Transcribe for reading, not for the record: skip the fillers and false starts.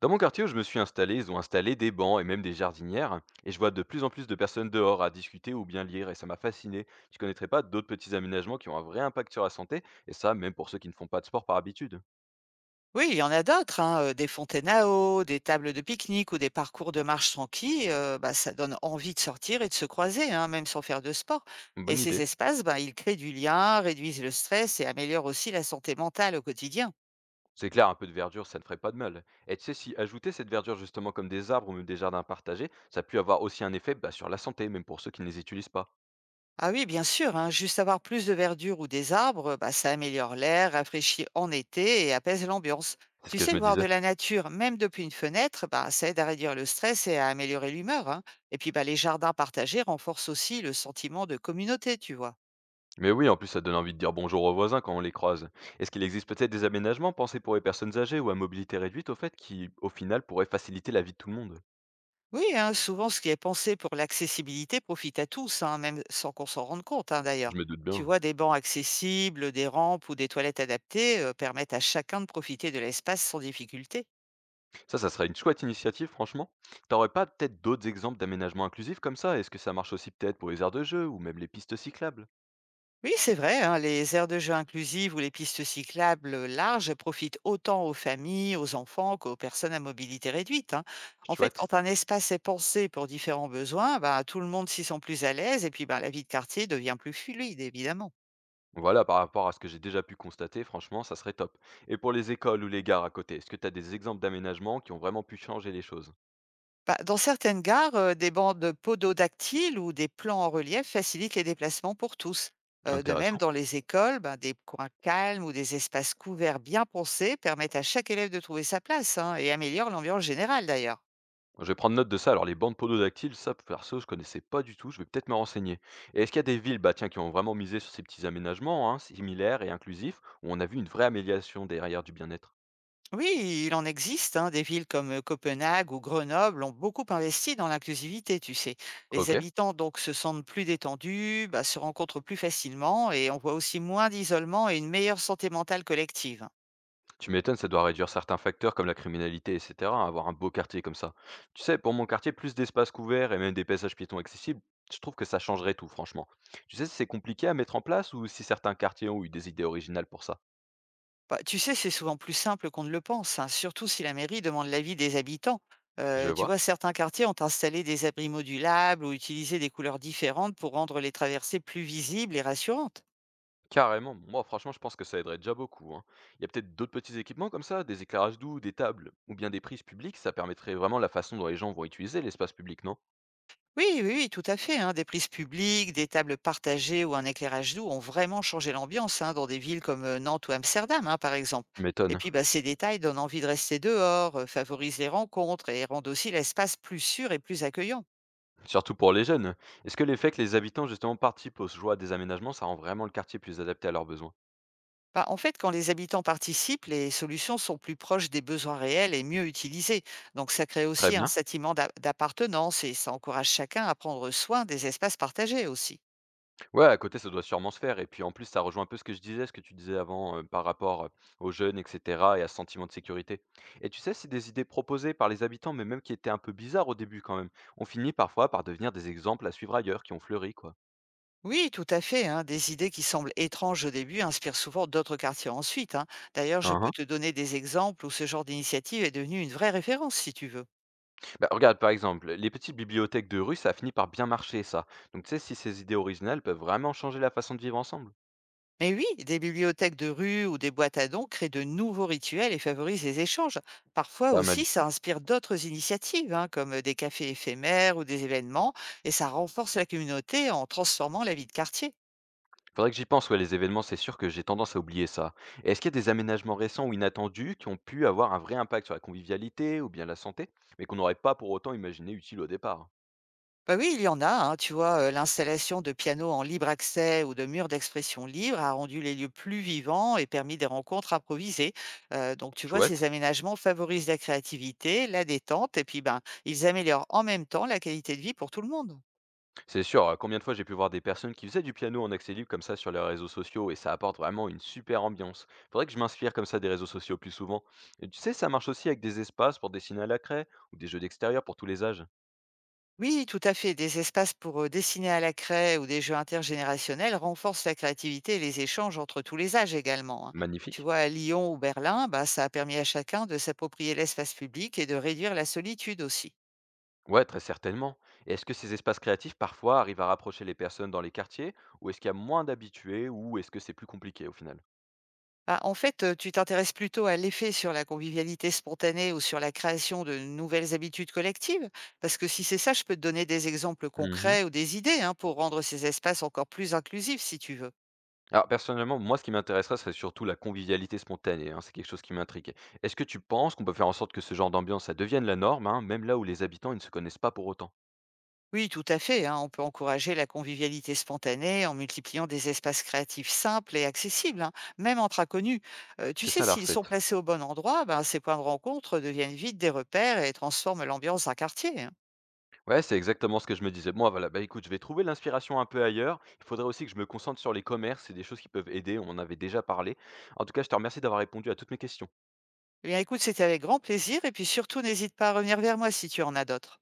Dans mon quartier où je me suis installé, ils ont installé des bancs et même des jardinières, et je vois de plus en plus de personnes dehors à discuter ou bien lire, et ça m'a fasciné. Je connaîtrais pas d'autres petits aménagements qui ont un vrai impact sur la santé, et ça, même pour ceux qui ne font pas de sport par habitude. Oui, il y en a d'autres, hein, des fontaines à eau, des tables de pique-nique ou des parcours de marche tranquille. Ça donne envie de sortir et de se croiser, hein, même sans faire de sport. Et Bonne ces idée. espaces, ben, ils créent du lien, réduisent le stress et améliorent aussi la santé mentale au quotidien. C'est clair, un peu de verdure, ça ne ferait pas de mal. Et tu sais, si ajouter cette verdure justement comme des arbres ou même des jardins partagés, ça a pu avoir aussi un effet sur la santé, même pour ceux qui ne les utilisent pas. Ah oui, bien sûr, hein, juste avoir plus de verdure ou des arbres, bah, ça améliore l'air, rafraîchit en été et apaise l'ambiance. C'est ce Tu que je sais, me voir de disais. la nature, même depuis une fenêtre, bah, ça aide à réduire le stress et à améliorer l'humeur, hein. Et puis, bah, les jardins partagés renforcent aussi le sentiment de communauté, tu vois. Mais oui, en plus, ça donne envie de dire bonjour aux voisins quand on les croise. Est-ce qu'il existe peut-être des aménagements pensés pour les personnes âgées ou à mobilité réduite, au fait, qui, au final, pourraient faciliter la vie de tout le monde? Oui, hein, souvent, ce qui est pensé pour l'accessibilité profite à tous, hein, même sans qu'on s'en rende compte, hein, d'ailleurs. Je me doute Tu bien. vois, des bancs accessibles, des rampes ou des toilettes adaptées permettent à chacun de profiter de l'espace sans difficulté. Ça serait une chouette initiative, franchement. T'aurais pas peut-être d'autres exemples d'aménagements inclusifs comme ça? Est-ce que ça marche aussi peut-être pour les aires de jeu ou même les pistes cyclables? Oui, c'est vrai, hein, les aires de jeu inclusives ou les pistes cyclables larges profitent autant aux familles, aux enfants qu'aux personnes à mobilité réduite, hein. En fait, Chouette. quand un espace est pensé pour différents besoins, bah, tout le monde s'y sent plus à l'aise et puis bah, la vie de quartier devient plus fluide, évidemment. Voilà, par rapport à ce que j'ai déjà pu constater, franchement, ça serait top. Et pour les écoles ou les gares à côté, est-ce que t'as des exemples d'aménagements qui ont vraiment pu changer les choses? Bah, dans certaines gares, des bandes pododactyles ou des plans en relief facilitent les déplacements pour tous. De même, Intéressant. dans les écoles, bah, des coins calmes ou des espaces couverts bien pensés permettent à chaque élève de trouver sa place, hein, et améliorent l'ambiance générale d'ailleurs. Je vais prendre note de ça. Alors, les bandes pododactyles, ça, perso, je connaissais pas du tout. Je vais peut-être me renseigner. Et est-ce qu'il y a des villes tiens, qui ont vraiment misé sur ces petits aménagements, hein, similaires et inclusifs, où on a vu une vraie amélioration derrière du bien-être. Oui, il en existe, hein. Des villes comme Copenhague ou Grenoble ont beaucoup investi dans l'inclusivité, tu sais. Les Ok. habitants donc se sentent plus détendus, bah, se rencontrent plus facilement et on voit aussi moins d'isolement et une meilleure santé mentale collective. Tu m'étonnes, ça doit réduire certains facteurs comme la criminalité, etc. Avoir un beau quartier comme ça. Tu sais, pour mon quartier, plus d'espaces couverts et même des passages piétons accessibles, je trouve que ça changerait tout, franchement. Tu sais si c'est compliqué à mettre en place ou si certains quartiers ont eu des idées originales pour ça. Bah, tu sais, c'est souvent plus simple qu'on ne le pense, hein, surtout si la mairie demande l'avis des habitants. Je Tu vois. vois, certains quartiers ont installé des abris modulables ou utilisé des couleurs différentes pour rendre les traversées plus visibles et rassurantes. Carrément, moi franchement je pense que ça aiderait déjà beaucoup, hein. Il y a peut-être d'autres petits équipements comme ça, des éclairages doux, des tables, ou bien des prises publiques, ça permettrait vraiment la façon dont les gens vont utiliser l'espace public, non? Oui, oui, oui, tout à fait, hein. Des prises publiques, des tables partagées ou un éclairage doux ont vraiment changé l'ambiance, hein, dans des villes comme Nantes ou Amsterdam, hein, par exemple. Je Et m'étonne. puis, bah, ces détails donnent envie de rester dehors, favorisent les rencontres et rendent aussi l'espace plus sûr et plus accueillant. Surtout pour les jeunes. Est-ce que l'effet que les habitants justement participent aux joies des aménagements, ça rend vraiment le quartier plus adapté à leurs besoins? Bah, en fait, quand les habitants participent, les solutions sont plus proches des besoins réels et mieux utilisées. Donc, ça crée Très aussi un bien. sentiment d'appartenance et ça encourage chacun à prendre soin des espaces partagés aussi. Ouais, à côté, ça doit sûrement se faire et puis en plus, ça rejoint un peu ce que je disais, ce que tu disais avant, par rapport, aux jeunes et cetera et à ce sentiment de sécurité, et tu sais, c'est des idées proposées par les habitants, mais même qui étaient un peu bizarres au début quand même, on finit parfois par devenir des exemples à suivre ailleurs qui ont fleuri, quoi. Oui, tout à fait, hein. Des idées qui semblent étranges au début inspirent souvent d'autres quartiers ensuite, hein. D'ailleurs, je Hein, peux hein. te donner des exemples où ce genre d'initiative est devenue une vraie référence, si tu veux. Bah, regarde, par exemple, les petites bibliothèques de rue, ça a fini par bien marcher, ça. Donc tu sais, si ces idées originales peuvent vraiment changer la façon de vivre ensemble. Mais oui, des bibliothèques de rue ou des boîtes à dons créent de nouveaux rituels et favorisent les échanges. Parfois Pas mal aussi, du tout. ça inspire d'autres initiatives, hein, comme des cafés éphémères ou des événements, et ça renforce la communauté en transformant la vie de quartier. Faudrait que j'y pense, ouais, les événements, c'est sûr que j'ai tendance à oublier ça. Et est-ce qu'il y a des aménagements récents ou inattendus qui ont pu avoir un vrai impact sur la convivialité ou bien la santé, mais qu'on n'aurait pas pour autant imaginé utile au départ? Bah oui, il y en a, hein, tu vois, l'installation de pianos en libre accès ou de murs d'expression libre a rendu les lieux plus vivants et permis des rencontres improvisées. Donc tu vois, ces Chouette. aménagements favorisent la créativité, la détente et puis, ben, ils améliorent en même temps la qualité de vie pour tout le monde. C'est sûr, combien de fois j'ai pu voir des personnes qui faisaient du piano en accès libre comme ça sur les réseaux sociaux et ça apporte vraiment une super ambiance. Faudrait que je m'inspire comme ça des réseaux sociaux plus souvent. Et tu sais, ça marche aussi avec des espaces pour dessiner à la craie ou des jeux d'extérieur pour tous les âges. Oui, tout à fait, des espaces pour, dessiner à la craie ou des jeux intergénérationnels renforcent la créativité et les échanges entre tous les âges également, hein. Tu Magnifique. vois, à Lyon ou Berlin, bah, ça a permis à chacun de s'approprier l'espace public et de réduire la solitude aussi. Ouais, très certainement. Et est-ce que ces espaces créatifs, parfois, arrivent à rapprocher les personnes dans les quartiers, ou est-ce qu'il y a moins d'habitués, ou est-ce que c'est plus compliqué au final? Bah, en fait, tu t'intéresses plutôt à l'effet sur la convivialité spontanée ou sur la création de nouvelles habitudes collectives? Parce que si c'est ça, je peux te donner des exemples Mhm. concrets ou des idées, hein, pour rendre ces espaces encore plus inclusifs, si tu veux. Alors personnellement, moi, ce qui m'intéresserait, serait surtout la convivialité spontanée, hein, c'est quelque chose qui m'intrigue. Est-ce que tu penses qu'on peut faire en sorte que ce genre d'ambiance, ça devienne la norme, hein, même là où les habitants, ils ne se connaissent pas pour autant? Oui, tout à fait, hein, on peut encourager la convivialité spontanée en multipliant des espaces créatifs simples et accessibles, hein, même entre inconnus. Tu C'est sais, ça la s'ils sont recette. placés au bon endroit, ben, ces points de rencontre deviennent vite des repères et transforment l'ambiance d'un quartier, hein. Ouais, c'est exactement ce que je me disais. Moi, voilà, bah écoute, je vais trouver l'inspiration un peu ailleurs. Il faudrait aussi que je me concentre sur les commerces et des choses qui peuvent aider, on en avait déjà parlé. En tout cas, je te remercie d'avoir répondu à toutes mes questions. Eh bien, écoute, c'était avec grand plaisir et puis surtout, n'hésite pas à revenir vers moi si tu en as d'autres.